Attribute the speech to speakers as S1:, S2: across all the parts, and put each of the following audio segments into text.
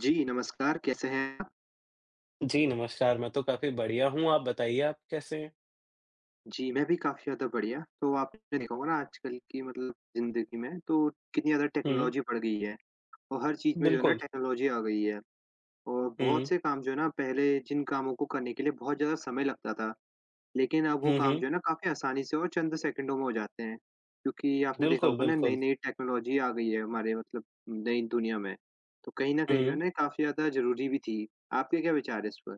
S1: जी, नमस्कार, कैसे हैं आप?
S2: जी, नमस्कार, मैं तो काफ़ी बढ़िया हूँ, आप बताइए आप कैसे हैं?
S1: जी, मैं भी काफ़ी ज़्यादा बढ़िया। तो आपने देखा होगा ना आजकल की मतलब ज़िंदगी में तो कितनी ज़्यादा
S2: हुँ,
S1: टेक्नोलॉजी बढ़ गई है। और हर चीज़ में जो है ना
S2: बिल्कुल।
S1: टेक्नोलॉजी आ गई है। और बहुत
S2: हुँ,
S1: से काम जो है ना पहले जिन कामों को करने के लिए बहुत ज़्यादा समय लगता था, लेकिन अब वो
S2: हुँ,
S1: काम
S2: हुँ,
S1: जो है ना काफ़ी आसानी से और चंद सेकंडों में हो जाते हैं। क्योंकि आपने देखा
S2: बिल्कुल,
S1: होगा ना
S2: बिल्कुल।
S1: नई-नई टेक्नोलॉजी आ गई है हमारे मतलब नई दुनिया में। तो कहीं न कहीं जो है
S2: हुँ।
S1: ना काफ़ी ज़्यादा ज़रूरी भी थी। आपके क्या विचार है इस पर?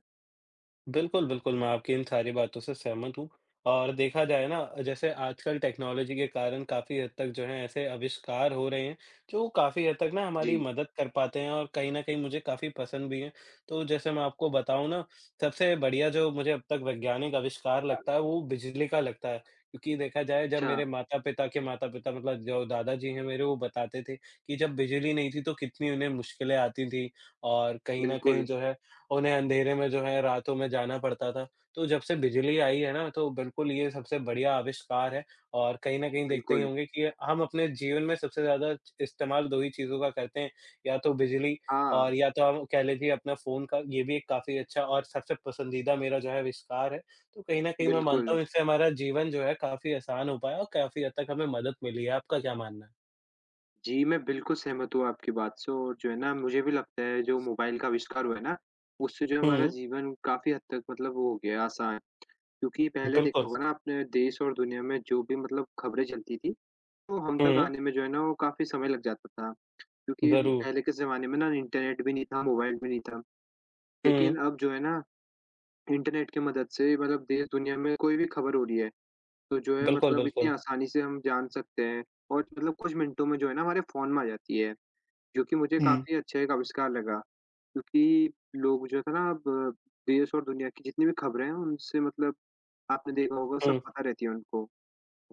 S2: बिल्कुल, बिल्कुल, मैं आपकी इन सारी बातों से सहमत हूँ और देखा जाए ना जैसे आजकल टेक्नोलॉजी के कारण काफ़ी हद तक जो है ऐसे आविष्कार हो रहे हैं, जो काफ़ी हद तक ना
S1: जी।
S2: हमारी मदद कर पाते हैं और कहीं न कहीं मुझे काफ़ी पसंद भी हैं। तो जैसे मैं आपको बताऊँ ना, सबसे बढ़िया जो मुझे अब तक वैज्ञानिक आविष्कार लगता है वो बिजली का लगता है। क्योंकि देखा जाए जब
S1: अच्छा,
S2: मेरे माता-पिता के माता-पिता मतलब जो दादाजी हैं मेरे वो बताते थे कि जब बिजली नहीं थी तो कितनी उन्हें मुश्किलें आती थी और कहीं न कहीं
S1: बिल्कुल,
S2: जो है उन्हें अंधेरे में जो है रातों में जाना पड़ता था। तो जब से बिजली आई है ना, तो बिल्कुल ये सबसे बढ़िया आविष्कार है और कहीं न कहीं देखते ही
S1: बिल्कुल।
S2: होंगे कि हम अपने जीवन में सबसे ज़्यादा इस्तेमाल 2 ही चीज़ों का करते हैं, या तो बिजली
S1: हाँ,
S2: और या तो हम कह लीजिए अपना फ़ोन का। ये भी एक काफ़ी अच्छा और सबसे पसंदीदा मेरा जो है आविष्कार है। तो कहीं न कहीं मैं
S1: बिल्कुल।
S2: मानता हूँ इससे हमारा जीवन जो है काफ़ी आसान हो पाया और काफ़ी हद तक हमें मदद मिली है। आपका क्या मानना है?
S1: जी, मैं बिल्कुल सहमत हूँ आपकी बात से और जो है ना मुझे भी लगता है जो मोबाइल का आविष्कार हुआ है ना, उससे जो हमारा
S2: हुँ,
S1: जीवन काफ़ी हद तक मतलब वो हो गया है आसान। क्योंकि पहले देखा
S2: बिल्कुल।
S1: होगा ना आपने देश और दुनिया में जो भी मतलब खबरें चलती थी, वो हम तक
S2: हुँ,
S1: आने में जो है ना वो काफ़ी समय लग जाता था। क्योंकि
S2: ज़रूर।
S1: पहले के ज़माने में ना इंटरनेट भी नहीं था, मोबाइल भी नहीं था। लेकिन
S2: हुँ,
S1: अब जो है ना इंटरनेट की मदद से मतलब देश दुनिया में कोई भी खबर हो रही है, तो जो है
S2: बिल्कुल,
S1: मतलब इतनी
S2: बिल्कुल।
S1: आसानी से हम जान सकते हैं और मतलब कुछ मिनटों में जो है ना हमारे फ़ोन में आ जाती है, जो कि मुझे
S2: हुँ।
S1: काफ़ी अच्छा एक आविष्कार लगा। क्योंकि लोग जो है ना अब देश और दुनिया की जितनी भी खबरें हैं उनसे मतलब आपने देखा होगा सब
S2: हुँ।
S1: पता रहती है उनको।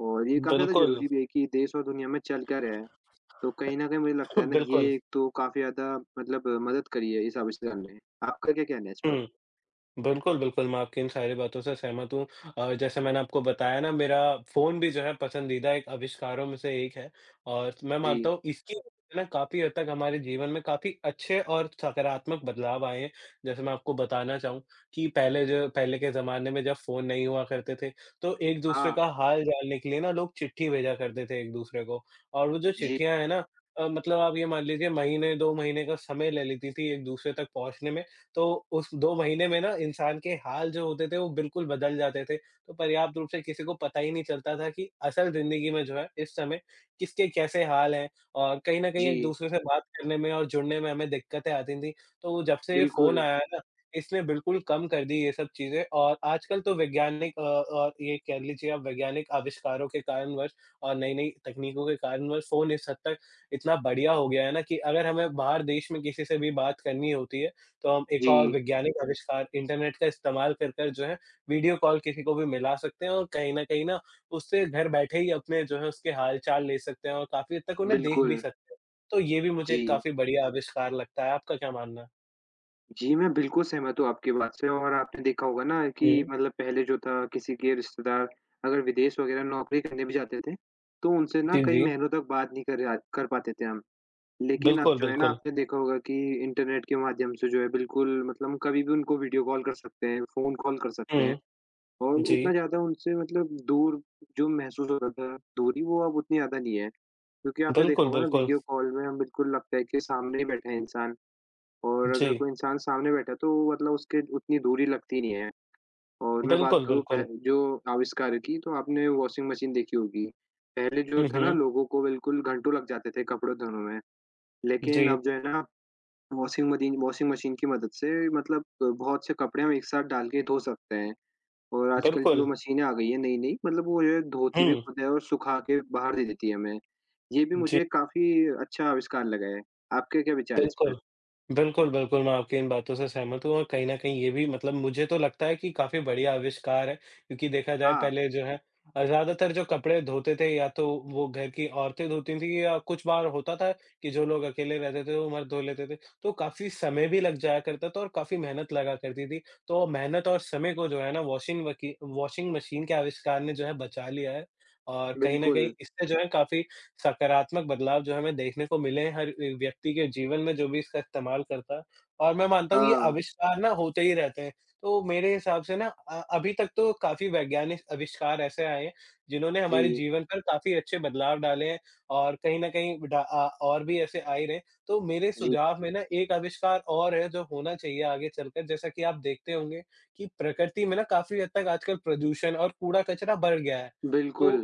S1: और ये काफ़ी ज़्यादा
S2: बिल्कुल,
S1: ज़रूरी भी है कि देश और दुनिया में चल क्या रहा है। तो कहीं न कहीं मुझे लगता है ना ये
S2: बिल्कुल।
S1: एक तो काफ़ी ज़्यादा मतलब मदद करी है इस आविष्कार ने। आपका क्या कहना है इस पर?
S2: हुँ। बिल्कुल, बिल्कुल, मैं आपकी इन सारी बातों से सहमत हूँ। और जैसे मैंने आपको बताया ना मेरा फ़ोन भी जो है पसंदीदा एक आविष्कारों में से एक है और मैं मानता
S1: जी।
S2: हूँ इसकी वजह से ना काफ़ी हद तक हमारे जीवन में काफ़ी अच्छे और सकारात्मक बदलाव आए हैं। जैसे मैं आपको बताना चाहूँ कि पहले के ज़माने में जब फ़ोन नहीं हुआ करते थे, तो एक-दूसरे
S1: हाँ।
S2: का हाल जानने के लिए ना लोग चिट्ठी भेजा करते थे एक-दूसरे को। और वो जो
S1: जी,
S2: चिट्ठियाँ हैं ना मतलब आप ये मान लीजिए महीने, 2 महीने का समय ले लेती थी एक-दूसरे तक पहुँचने में। तो उस 2 महीने में ना इंसान के हाल जो होते थे वो बिल्कुल बदल जाते थे। तो पर्याप्त रूप से किसी को पता ही नहीं चलता था कि असल ज़िंदगी में जो है इस समय किसके कैसे हाल हैं और कहीं न कहीं
S1: जी।
S2: एक-दूसरे से बात करने में और जुड़ने में हमें दिक्कतें आती थी। तो जब से ये फ़ोन
S1: बिल्कुल।
S2: आया है ना इसने बिल्कुल कम कर दी ये सब चीज़ें और आजकल तो वैज्ञानिक और ये कह लीजिए आप वैज्ञानिक आविष्कारों के कारणवश और नई-नई तकनीकों के कारणवश फ़ोन इस हद तक इतना बढ़िया हो गया है ना कि अगर हमें बाहर देश में किसी से भी बात करनी होती है तो हम एक और
S1: जी,
S2: वैज्ञानिक आविष्कार इंटरनेट का इस्तेमाल कर कर जो है वीडियो कॉल किसी को भी मिला सकते हैं और कहीं न कहीं ना उससे घर बैठे ही अपने जो है उसके हाल-चाल ले सकते हैं और काफ़ी हद तक उन्हें देख भी
S1: बिल्कुल।
S2: सकते हैं। तो ये भी मुझे
S1: जी।
S2: काफ़ी बढ़िया आविष्कार लगता है, आपका क्या मानना है?
S1: जी, मैं बिल्कुल सहमत हूँ आपकी बात से और आपने देखा होगा ना कि
S2: हुँ।
S1: मतलब पहले जो था किसी के रिश्तेदार अगर विदेश वग़ैरह नौकरी करने भी जाते थे, तो उनसे ना
S2: जी,
S1: कई
S2: जी।
S1: महीनों तक बात नहीं कर पाते थे हम। लेकिन अब
S2: बिल्कुल,
S1: जो है ना
S2: बिल्कुल।
S1: आपने देखा होगा कि इंटरनेट के माध्यम से जो है बिल्कुल मतलब हम कभी भी उनको वीडियो कॉल कर सकते हैं, फ़ोन कॉल कर सकते हैं
S2: हुँ,
S1: और उतना
S2: जी।
S1: ज़्यादा उनसे मतलब दूर जो महसूस होता था दूरी वो अब उतनी ज़्यादा नहीं है। क्योंकि आपने देखा
S2: बिल्कुल,
S1: होगा ना
S2: बिल्कुल।
S1: वीडियो कॉल में हम बिल्कुल लगता है कि सामने ही बैठा है इंसान। और अगर
S2: जी।
S1: कोई इंसान सामने बैठा है तो मतलब उसके उतनी दूरी लगती नहीं है। और मैं बात
S2: बिल्कुल,
S1: करूँ पह
S2: बिल्कुल।
S1: जो आविष्कार की तो आपने वॉशिंग मशीन देखी होगी। पहले जो
S2: हुँ,
S1: था ना
S2: हुँ।
S1: लोगों को बिल्कुल घंटों लग जाते थे कपड़े धोने में। लेकिन
S2: जी।
S1: अब जो है ना वॉशिंग मशीन की मदद से मतलब बहुत से कपड़े हम एक साथ डाल के धो सकते हैं। और आजकल
S2: बिल्कुल।
S1: जो मशीनें आ गई हैं नई-नई मतलब वो जो है धोती भी
S2: हुँ।
S1: खुद है और सुखा के बाहर दे देती है हमें। ये भी
S2: जी,
S1: मुझे काफ़ी अच्छा आविष्कार लगा है। आपके क्या विचार है इस पर?
S2: बिल्कुल। बिल्कुल, बिल्कुल, मैं आपकी इन बातों से सहमत हूँ और कहीं न कहीं ये भी मतलब मुझे तो लगता है कि काफ़ी बढ़िया आविष्कार है, क्योंकि देखा जाए
S1: हाँ,
S2: पहले जो है ज़्यादातर जो कपड़े धोते थे या तो वो घर की औरतें धोती थीं या कुछ बार होता था कि जो लोग अकेले रहते थे, वो मर्द धो लेते थे। तो काफ़ी समय भी लग जाया करता था और काफ़ी मेहनत लगा करती थी। तो मेहनत और समय को जो है ना वॉशिंग मशीन के आविष्कार ने जो है बचा लिया है और कहीं न कहीं
S1: बिल्कुल।
S2: इससे जो है काफ़ी सकारात्मक बदलाव जो हमें देखने को मिले हैं, हर ए व्यक्ति के जीवन में जो भी इसका इस्तेमाल करता है और मैं मानता हूँ ये
S1: हाँ।
S2: आविष्कार ना होते ही रहते हैं। तो मेरे हिसाब से ना अभी तक तो काफ़ी वैज्ञानिक आविष्कार ऐसे आए हैं, जिन्होंने हमारे
S1: जी,
S2: जीवन पर काफ़ी अच्छे बदलाव डाले हैं और कहीं न कहीं और भी ऐसे आ ही रहे हैं। तो मेरे
S1: जी,
S2: सुझाव में ना एक आविष्कार और है जो होना चाहिए आगे चलकर जैसा कि आप देखते होंगे कि प्रकृति में ना काफ़ी हद तक आजकल प्रदूषण और कूड़ा-कचरा बढ़ गया है। तो
S1: बिल्कुल।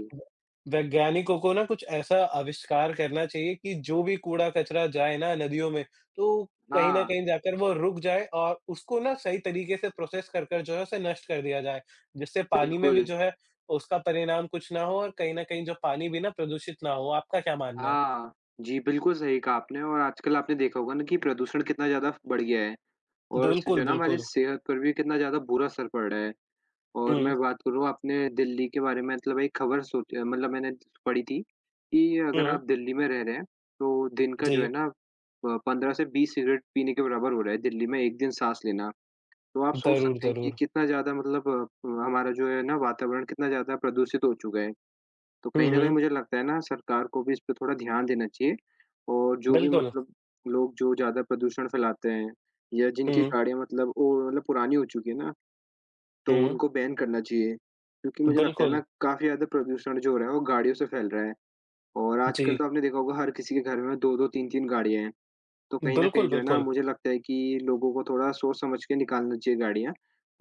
S2: वैज्ञानिकों को ना कुछ ऐसा आविष्कार करना चाहिए कि जो भी कूड़ा-कचरा जाए ना नदियों में, तो कहीं न
S1: हाँ,
S2: कहीं जाकर वो रुक जाए और उसको ना सही तरीके से प्रोसेस कर कर जो है उसे नष्ट कर दिया जाए। जिससे पानी में भी
S1: बिल्कुल।
S2: जो है उसका परिणाम कुछ ना हो और कहीं न कहीं जो पानी भी ना प्रदूषित ना हो। आपका क्या मानना है?
S1: हाँ, जी, बिल्कुल सही कहा आपने और आजकल आपने देखा होगा ना कि प्रदूषण कितना ज़्यादा बढ़ गया है और उससे जो
S2: बिल्कुल,
S1: है ना हमारी
S2: बिल्कुल।
S1: सेहत पर भी कितना ज़्यादा बुरा असर पड़ रहा है। और
S2: हुँ,
S1: मैं बात करूँ अपने दिल्ली के बारे में मतलब एक खबर सोच मतलब मैंने पढ़ी थी कि अगर
S2: हुँ।
S1: आप दिल्ली में रह रहे हैं तो दिन का जो
S2: जी।
S1: है ना 15 से 20 सिगरेट पीने के बराबर हो रहा है दिल्ली में एक दिन साँस लेना। तो आप सोच
S2: ज़रूर,
S1: सकते हैं कि
S2: ज़रूर।
S1: कितना ज़्यादा मतलब हमारा जो है ना वातावरण कितना ज़्यादा प्रदूषित हो चुका है। तो
S2: हुँ,
S1: कहीं न कहीं
S2: हुँ।
S1: मुझे लगता है ना सरकार को भी इस पे थोड़ा ध्यान देना चाहिए और जो भी
S2: बिल्कुल।
S1: मतलब लोग जो ज़्यादा प्रदूषण फैलाते हैं या जिनकी
S2: हुँ,
S1: गाड़ियाँ मतलब ओ मतलब पुरानी हो चुकी है ना, तो
S2: हुँ।
S1: उनको बैन करना चाहिए। क्योंकि मुझे लगता है ना
S2: बिल्कुल।
S1: काफ़ी ज़्यादा प्रदूषण जो हो रहा है वो गाड़ियों से फैल रहा है और
S2: जी।
S1: आजकल तो आपने देखा होगा हर किसी के घर में 2-2 3-3 गाड़ियाँ हैं। तो कहीं न कहीं
S2: बिल्कुल,
S1: जो है ना
S2: बिल्कुल।
S1: मुझे लगता है कि लोगों को थोड़ा सोच समझ के निकालना चाहिए गाड़ियाँ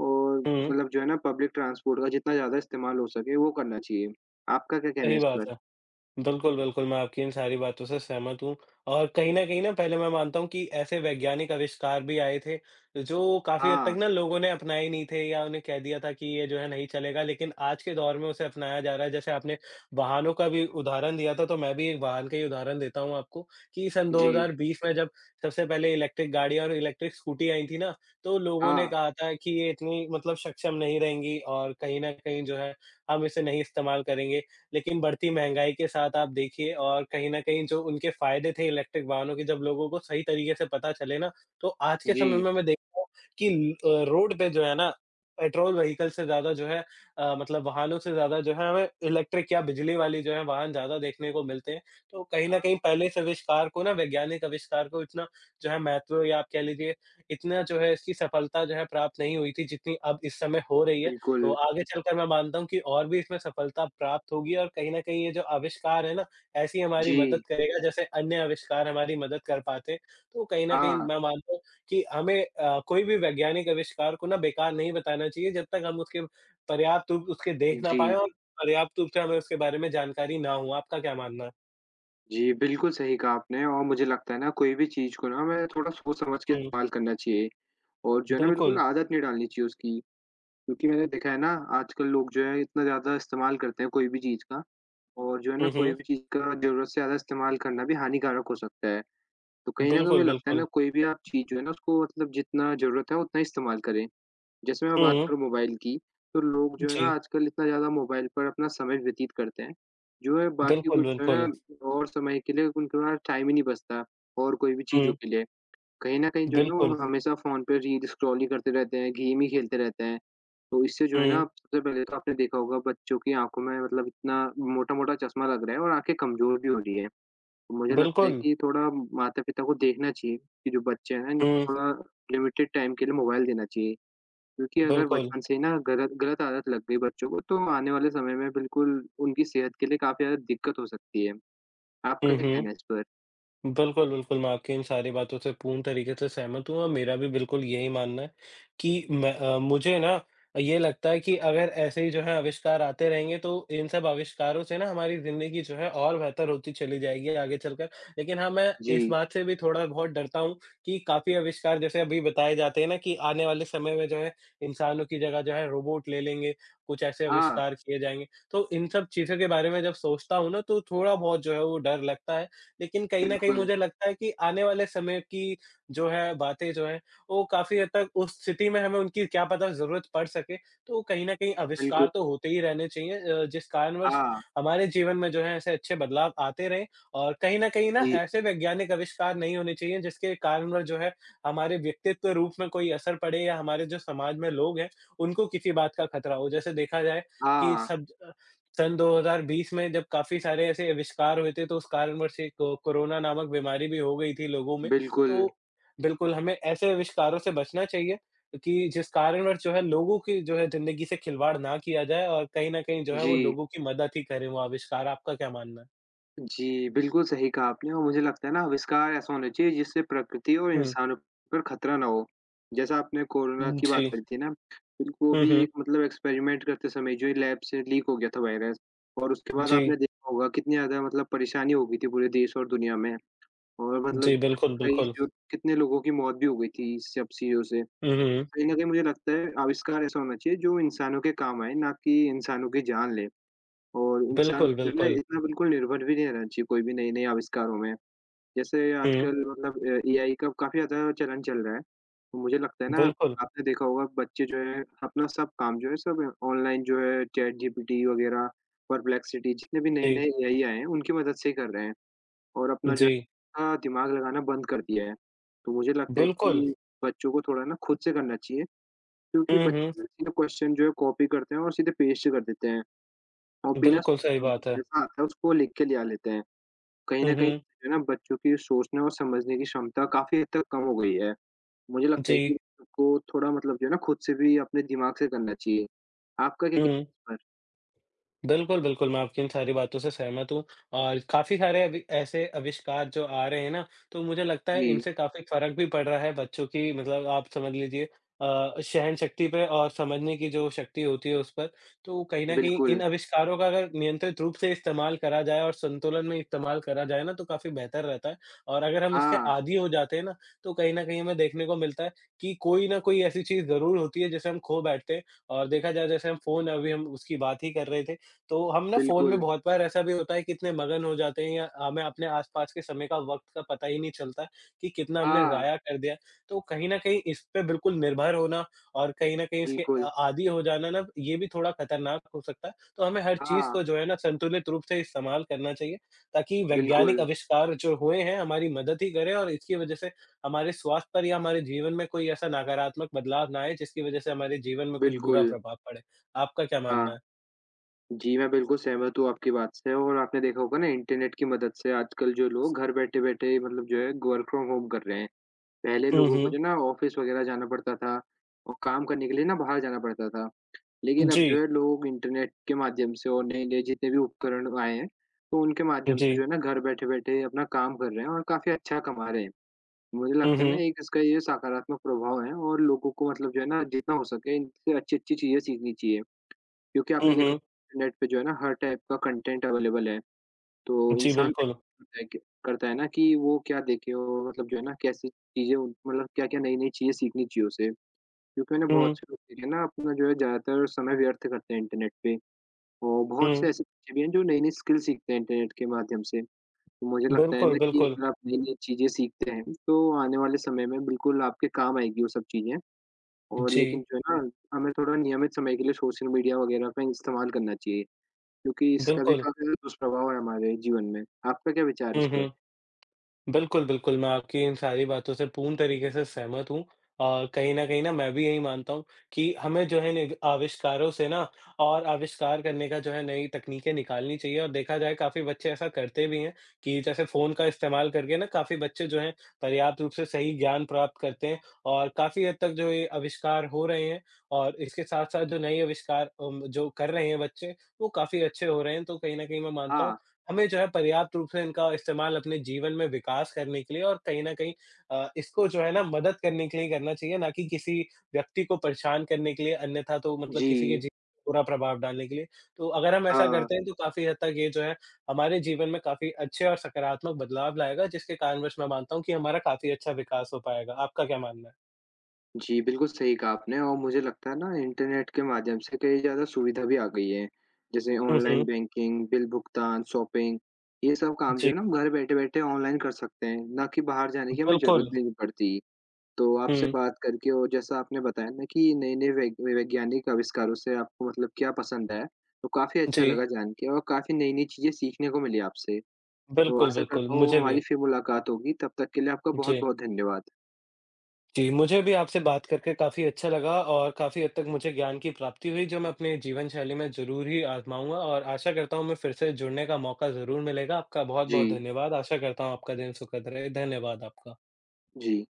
S1: और
S2: हुँ,
S1: मतलब जो है ना पब्लिक ट्रांसपोर्ट का जितना ज़्यादा इस्तेमाल हो सके वो करना चाहिए। आपका क्या कहना है
S2: सही
S1: इस
S2: बात
S1: पर?
S2: है। बिल्कुल, बिल्कुल, मैं आपकी इन सारी बातों से सहमत हूँ और कहीं न कहीं ना पहले मैं मानता हूँ कि ऐसे वैज्ञानिक आविष्कार भी आए थे, जो काफ़ी हद तक
S1: हाँ।
S2: ना लोगों ने अपनाए नहीं थे या उन्हें कह दिया था कि ये जो है नहीं चलेगा, लेकिन आज के दौर में उसे अपनाया जा रहा है। जैसे आपने वाहनों का भी उदाहरण दिया था, तो मैं भी एक वाहन का ही उदाहरण देता हूँ आपको कि सन
S1: जी,
S2: 2020 में जब सबसे पहले इलेक्ट्रिक गाड़ियाँ और इलेक्ट्रिक स्कूटी आई थी ना, तो लोगों
S1: हाँ,
S2: ने कहा था कि ये इतनी मतलब सक्षम नहीं रहेंगी और कहीं न कहीं जो है, हम इसे नहीं इस्तेमाल करेंगे। लेकिन बढ़ती महँगाई के साथ आप देखिए और कहीं न कहीं जो उनके फ़ायदे थे इलेक्ट्रिक वाहनों के जब लोगों को सही तरीके से पता चले ना, तो आज के समय
S1: जी,
S2: में मैं देखता हूँ कि रोड पे जो है ना, पेट्रोल व्हीकल से ज़्यादा जो है मतलब वाहनों से ज़्यादा जो है हमें इलेक्ट्रिक या बिजली वाली जो है वाहन ज़्यादा देखने को मिलते हैं। तो कहीं
S1: हाँ,
S2: न कहीं पहले इस आविष्कार को ना वैज्ञानिक आविष्कार को इतना जो है महत्व या आप कह लीजिए इतना जो है इसकी सफलता जो है प्राप्त नहीं हुई थी जितनी अब इस समय हो रही है। तो
S1: बिल्कुल,
S2: आगे चलकर मैं मानता हूँ कि और भी इसमें सफलता प्राप्त होगी और कहीं न कहीं ये जो आविष्कार है ना, ऐसी हमारी मदद
S1: जी,
S2: करेगा जैसे अन्य आविष्कार हमारी मदद कर पाते हैं। तो कहीं न कहीं
S1: हाँ,
S2: मैं मानता हूँ कि हमें कोई भी वैज्ञानिक आविष्कार को ना बेकार नहीं बताना चाहिए जब तक हम उसके पर्याप्त रूप उसके देख ना पाएँ
S1: जी,
S2: और पर्याप्त रूप से हमें उसके बारे में जानकारी ना हो। आपका क्या मानना है?
S1: जी, बिल्कुल सही कहा आपने और मुझे लगता है ना कोई भी चीज़ को ना हमें थोड़ा सोच-समझ के
S2: हुँ,
S1: इस्तेमाल करना चाहिए और जो है ना बिल्कुल
S2: बिल्कुल।
S1: आदत नहीं डालनी चाहिए उसकी, क्योंकि मैंने देखा है ना आजकल लोग जो है इतना ज़्यादा इस्तेमाल करते हैं कोई भी चीज़ का और जो है ना
S2: हुँ,
S1: कोई
S2: हुँ।
S1: भी चीज़ का ज़रूरत से ज़्यादा इस्तेमाल करना भी हानिकारक हो सकता है। तो कहीं न कहीं मुझे
S2: बिल्कुल,
S1: लगता है ना
S2: बिल्कुल।
S1: कोई भी आप चीज़ जो है ना उसको मतलब जितना ज़रूरत है उतना ही इस्तेमाल करें। जैसे मैं बात
S2: हुँ,
S1: करूँ मोबाइल की, तो लोग जो है ना
S2: जी।
S1: आजकल इतना ज़्यादा मोबाइल पर अपना समय व्यतीत करते हैं, जो है बाकी
S2: बिल्कुल,
S1: कुछ जो है
S2: बिल्कुल।
S1: ना और समय के लिए उनके पास टाइम ही नहीं बचता और कोई भी चीज़ों
S2: हुँ,
S1: के लिए। कहीं न कहीं जो है ना वो
S2: बिल्कुल।
S1: हमेशा फ़ोन पे रील स्क्रॉल ही करते रहते हैं, गेम ही खेलते रहते हैं। तो इससे जो है ना
S2: हुँ,
S1: सबसे पहले तो आपने देखा होगा बच्चों की आँखों में मतलब इतना मोटा-मोटा चश्मा लग रहा है और आँखें कमज़ोर भी हो रही हैं। तो मुझे लगता है
S2: बिल्कुल।
S1: कि थोड़ा माता-पिता को देखना चाहिए कि जो बच्चे हैं इनको
S2: हुँ,
S1: थोड़ा लिमिटेड टाइम के लिए मोबाइल देना चाहिए। क्योंकि अगर
S2: बिल्कुल।
S1: बचपन से ही ना गलत गलत आदत लग गई बच्चों को, तो आने वाले समय में बिल्कुल उनकी सेहत के लिए काफ़ी ज़्यादा दिक्कत हो सकती है। आपका
S2: हुँ,
S1: क्या
S2: हुँ।
S1: कहना है इस पर?
S2: बिल्कुल, बिल्कुल, मैं आपकी इन सारी बातों से पूर्ण तरीके से सहमत हूँ और मेरा भी बिल्कुल यही मानना है कि मुझे ना ये लगता है कि अगर ऐसे ही जो है आविष्कार आते रहेंगे तो इन सब आविष्कारों से ना हमारी ज़िंदगी जो है और बेहतर होती चली जाएगी आगे चलकर। लेकिन हाँ, मैं इस
S1: जी।
S2: बात से भी थोड़ा बहुत डरता हूँ कि काफ़ी आविष्कार जैसे अभी बताए जाते हैं ना कि आने वाले समय में जो है इंसानों की जगह जो है रोबोट ले लेंगे, कुछ ऐसे
S1: हाँ,
S2: आविष्कार किए जाएँगे। तो इन सब चीज़ों के बारे में जब सोचता हूँ ना तो थोड़ा बहुत जो है वो डर लगता है। लेकिन कहीं न कहीं
S1: बिल्कुल,
S2: मुझे लगता है कि आने वाले समय की जो है बातें जो हैं, वो काफ़ी हद तक उस स्थिति में हमें उनकी क्या पता ज़रूरत पड़ सके, तो कहीं न कहीं
S1: बिल्कुल।
S2: आविष्कार तो होते ही रहने चाहिए जिस कारणवश
S1: हाँ,
S2: हमारे जीवन में जो है ऐसे अच्छे बदलाव आते रहें और कहीं न कहीं ना
S1: जी।
S2: ऐसे वैज्ञानिक आविष्कार नहीं होने चाहिए जिसके कारणवश जो है हमारे व्यक्तित्व रूप में कोई असर पड़े या हमारे जो समाज में लोग हैं, उनको किसी बात का खतरा हो। जैसे देखा जाए कि
S1: हाँ,
S2: सब सन 2020 में जब काफ़ी सारे ऐसे आविष्कार हुए थे, तो उस कारणवश एक को कोरोना नामक बीमारी भी हो गई थी लोगों में।
S1: बिल्कुल।
S2: तो बिल्कुल हमें ऐसे आविष्कारों से बचना चाहिए कि जिस कारणवश जो है लोगों की जो है ज़िंदगी से खिलवाड़ ना किया जाए और कहीं न कहीं जो है
S1: जी।
S2: वो लोगों की मदद ही करें वो आविष्कार। आपका क्या मानना है?
S1: जी, बिल्कुल सही कहा आपने और मुझे लगता है ना आविष्कार ऐसा होना चाहिए जिससे प्रकृति और
S2: हुँ,
S1: इंसानों पर खतरा ना हो। जैसा आपने कोरोना की
S2: जी।
S1: बात करी थी ना, बिल्कुल वो
S2: हुँ,
S1: भी
S2: हुँ।
S1: एक मतलब एक्सपेरिमेंट करते समय जो ये लैब से लीक हो गया था वायरस और उसके बाद
S2: जी।
S1: आपने देखा होगा कितनी ज़्यादा मतलब परेशानी हो गई थी पूरे देश और दुनिया में और मतलब
S2: जी, बिल्कुल,
S1: कई
S2: बिल्कुल।
S1: जो कितने लोगों की मौत भी हो गई थी इस सब चीज़ों से।
S2: हुँ, हुँ।
S1: कहीं न कहीं मुझे लगता है आविष्कार ऐसा होना चाहिए जो इंसानों के काम आए, ना कि इंसानों की जान ले। और इंसान
S2: बिल्कुल,
S1: को जो है ना
S2: बिल्कुल।
S1: इतना बिल्कुल निर्भर भी नहीं रहना चाहिए कोई भी नए-नए आविष्कारों में। जैसे
S2: हुँ,
S1: आजकल मतलब एआई का काफ़ी ज़्यादा चलन चल रहा है। तो मुझे लगता है ना
S2: बिल्कुल।
S1: आपने देखा होगा बच्चे जो है अपना सब काम जो है सब ऑनलाइन जो है चैट जीपीटी वग़ैरह, परप्लेक्सिटी जितने भी
S2: जी,
S1: नए-नए एआई आए हैं उनकी मदद से ही कर रहे हैं और अपना जो
S2: जी।
S1: है दिमाग लगाना बंद कर दिया है। तो मुझे लगता है
S2: बिल्कुल।
S1: कि बच्चों को थोड़ा ना खुद से करना चाहिए क्योंकि
S2: हुँ, हुँ।
S1: बच्चे सीधा क्वेश्चन जो है कॉपी करते हैं और सीधे पेस्ट कर देते हैं। और बिना
S2: बिल्कुल सही
S1: सोचे-समझे
S2: बात है।
S1: जैसा आता है उसको लिख के लिया लेते हैं। कहीं
S2: हुँ,
S1: न कहीं
S2: हुँ।
S1: जो है ना बच्चों की सोचने और समझने की क्षमता काफ़ी हद तक कम हो गई है। मुझे लगता है कि
S2: जी।
S1: बच्चों को थोड़ा मतलब जो है ना खुद से भी अपने दिमाग से करना चाहिए। आपका क्या
S2: कर दो
S1: कहना है इस पर?
S2: बिल्कुल, बिल्कुल, मैं आपकी इन सारी बातों से सहमत हूँ और काफ़ी सारे अभी ऐसे आविष्कार जो आ रहे हैं ना, तो मुझे लगता है
S1: जी,
S2: इनसे काफ़ी फ़र्क भी पड़ रहा है बच्चों की मतलब आप समझ लीजिए सहनशक्ति पे और समझने की जो शक्ति होती है उस पर। तो कहीं न कहीं
S1: बिल्कुल।
S2: इन आविष्कारों का अगर नियंत्रित रूप से इस्तेमाल करा जाए और संतुलन में इस्तेमाल करा जाए ना, तो काफ़ी बेहतर रहता है और अगर हम इसके
S1: हाँ,
S2: आदी हो जाते हैं ना, तो कहीं न कहीं हमें देखने को मिलता है कि कोई न कोई ऐसी चीज़ ज़रूर होती है जिसे हम खो बैठते हैं और देखा जाए जैसे हम फ़ोन अभी हम उसकी बात ही कर रहे थे। तो हम ना फ़ोन में
S1: बिल्कुल।
S2: बहुत बार ऐसा भी होता है कि इतने मगन हो जाते हैं या हमें अपने आस-पास के समय का वक़्त का पता ही नहीं चलता कि कितना हमने
S1: हाँ,
S2: ज़ाया कर दिया। तो कहीं न कहीं इस पे बिल्कुल निर्भर होना और कहीं न कहीं इसके
S1: बिल्कुल।
S2: आदी हो जाना ना ये भी थोड़ा खतरनाक हो सकता है। तो हमें हर चीज़
S1: हाँ,
S2: को जो है ना संतुलित रूप से इस्तेमाल करना चाहिए ताकि वैज्ञानिक
S1: बिल्कुल,
S2: आविष्कार जो हुए हैं हमारी मदद ही करें और इसकी वज़ह से हमारे स्वास्थ्य पर या हमारे जीवन में कोई ऐसा नकारात्मक बदलाव ना आए जिसकी वज़ह से हमारे जीवन में कुछ बुरा
S1: बिल्कुल।
S2: प्रभाव पड़े। आपका क्या मानना
S1: हाँ,
S2: है?
S1: जी, मैं बिल्कुल सहमत हूँ आपकी बात से और आपने देखा होगा ना इंटरनेट की मदद से आजकल जो लोग घर बैठे-बैठे मतलब जो है वर्क फ्रॉम होम कर रहे हैं। पहले
S2: हुँ,
S1: लोगों को
S2: हुँ।
S1: जो ना ऑफ़िस वग़ैरह जाना पड़ता था और काम करने के लिए ना बाहर जाना पड़ता था। लेकिन अब
S2: जी,
S1: जो है लोग इंटरनेट के माध्यम से और नए-नए जितने भी उपकरण आए हैं, तो उनके माध्यम
S2: जी।
S1: से जो है ना घर बैठे-बैठे अपना काम कर रहे हैं और काफ़ी अच्छा कमा रहे हैं। मुझे
S2: हुँ,
S1: लगता है ना
S2: हुँ।
S1: एक इसका ये सकारात्मक प्रभाव है और लोगों को मतलब जो है ना जितना हो सके इनसे अच्छी-अच्छी चीज़ें सीखनी चाहिए। क्योंकि आपने
S2: हुँ,
S1: देखा
S2: हुँ।
S1: इंटरनेट पे जो है ना हर टाइप का कंटेंट अवेलेबल है। तो
S2: जी,
S1: इंसान
S2: बिल्कुल।
S1: करता है ना कि वो क्या देखे और मतलब जो है ना कैसी चीज़ें उन मतलब क्या-क्या नई-नई चीज़ें सीखनी चाहिए उसे। क्योंकि मैंने
S2: हुँ,
S1: बहुत से लोग देखे हैं ना अपना जो है ज़्यादातर समय व्यर्थ करते हैं इंटरनेट पे और बहुत
S2: हुँ।
S1: से ऐसे बच्चे भी हैं जो नई-नई स्किल सीखते हैं इंटरनेट के माध्यम से। तो मुझे लगता है
S2: बिल्कुल,
S1: ना कि
S2: बिल्कुल।
S1: अगर आप नई-नई चीज़ें सीखते हैं तो आने वाले समय में बिल्कुल आपके काम आएगी वो सब चीज़ें और लेकिन
S2: जी,
S1: जो है ना हमें थोड़ा नियमित समय के लिए सोशल मीडिया वगैरह का इस्तेमाल करना चाहिए क्योंकि इसका भी
S2: बिल्कुल।
S1: काफ़ी दुष्प्रभाव है हमारे जीवन में। आपका क्या विचार है
S2: हुँ,
S1: इस पर?
S2: हुँ। बिल्कुल, बिल्कुल, मैं आपकी इन सारी बातों से पूर्ण तरीके से सहमत हूँ और कहीं न कहीं ना मैं भी यही मानता हूँ कि हमें जो है निग आविष्कारों से ना और आविष्कार करने का जो है नई तकनीकें निकालनी चाहिए और देखा जाए काफ़ी बच्चे ऐसा करते भी हैं कि जैसे फ़ोन का इस्तेमाल करके ना काफ़ी बच्चे जो हैं पर्याप्त रूप से सही ज्ञान प्राप्त करते हैं और काफ़ी हद तक जो ये आविष्कार हो रहे हैं और इसके साथ-साथ जो नए आविष्कार जो कर रहे हैं बच्चे, वो काफ़ी अच्छे हो रहे हैं। तो कहीं न कहीं मैं मानता हूँ
S1: हाँ,
S2: हमें जो है पर्याप्त रूप से इनका इस्तेमाल अपने जीवन में विकास करने के लिए और कहीं न कहीं इसको जो है ना मदद करने के लिए करना चाहिए, ना कि किसी व्यक्ति को परेशान करने के लिए अन्यथा तो मतलब
S1: जी।
S2: किसी के जीवन पे बुरा प्रभाव डालने के लिए। तो अगर हम ऐसा
S1: हाँ,
S2: करते हैं तो काफ़ी हद तक ये जो है हमारे जीवन में काफ़ी अच्छे और सकारात्मक बदलाव लाएगा जिसके कारणवश मैं मानता हूँ कि हमारा काफ़ी अच्छा विकास हो पाएगा। आपका क्या मानना है?
S1: जी, बिल्कुल सही कहा आपने और मुझे लगता है ना इंटरनेट के माध्यम से कई ज़्यादा सुविधा भी आ गई है। जैसे
S2: हुँ,
S1: ऑनलाइन
S2: हुँ।
S1: बैंकिंग, बिल भुगतान, शॉपिंग, ये सब काम जो
S2: जी,
S1: है ना हम घर बैठे-बैठे ऑनलाइन कर सकते हैं, ना कि बाहर जाने की हमें ज़रूरत
S2: बिल्कुल।
S1: भी नहीं पड़ती। तो आपसे
S2: हुँ,
S1: बात करके और जैसा आपने बताया ना कि नए-नए वै वैज्ञानिक आविष्कारों से आपको मतलब क्या पसंद है, तो काफ़ी अच्छा
S2: जी।
S1: लगा जान के और काफ़ी नई-नई चीज़ें सीखने को मिली आपसे। तो
S2: बिल्कुल,
S1: आशा
S2: बिल्कुल।
S1: करता हूँ
S2: मुझे भी।
S1: हमारी फिर मुलाकात होगी, तब तक के लिए आपका
S2: जी।
S1: बहुत-बहुत धन्यवाद।
S2: जी, मुझे भी आपसे बात करके काफ़ी अच्छा लगा और काफ़ी हद तक मुझे ज्ञान की प्राप्ति हुई जो मैं अपने जीवन शैली में ज़रूर ही आज़माऊँगा और आशा करता हूँ मैं फिर से जुड़ने का मौका ज़रूर मिलेगा। आपका बहुत-बहुत
S1: जी।
S2: धन्यवाद। आशा करता हूँ आपका दिन सुखद रहे। धन्यवाद आपका।
S1: जी।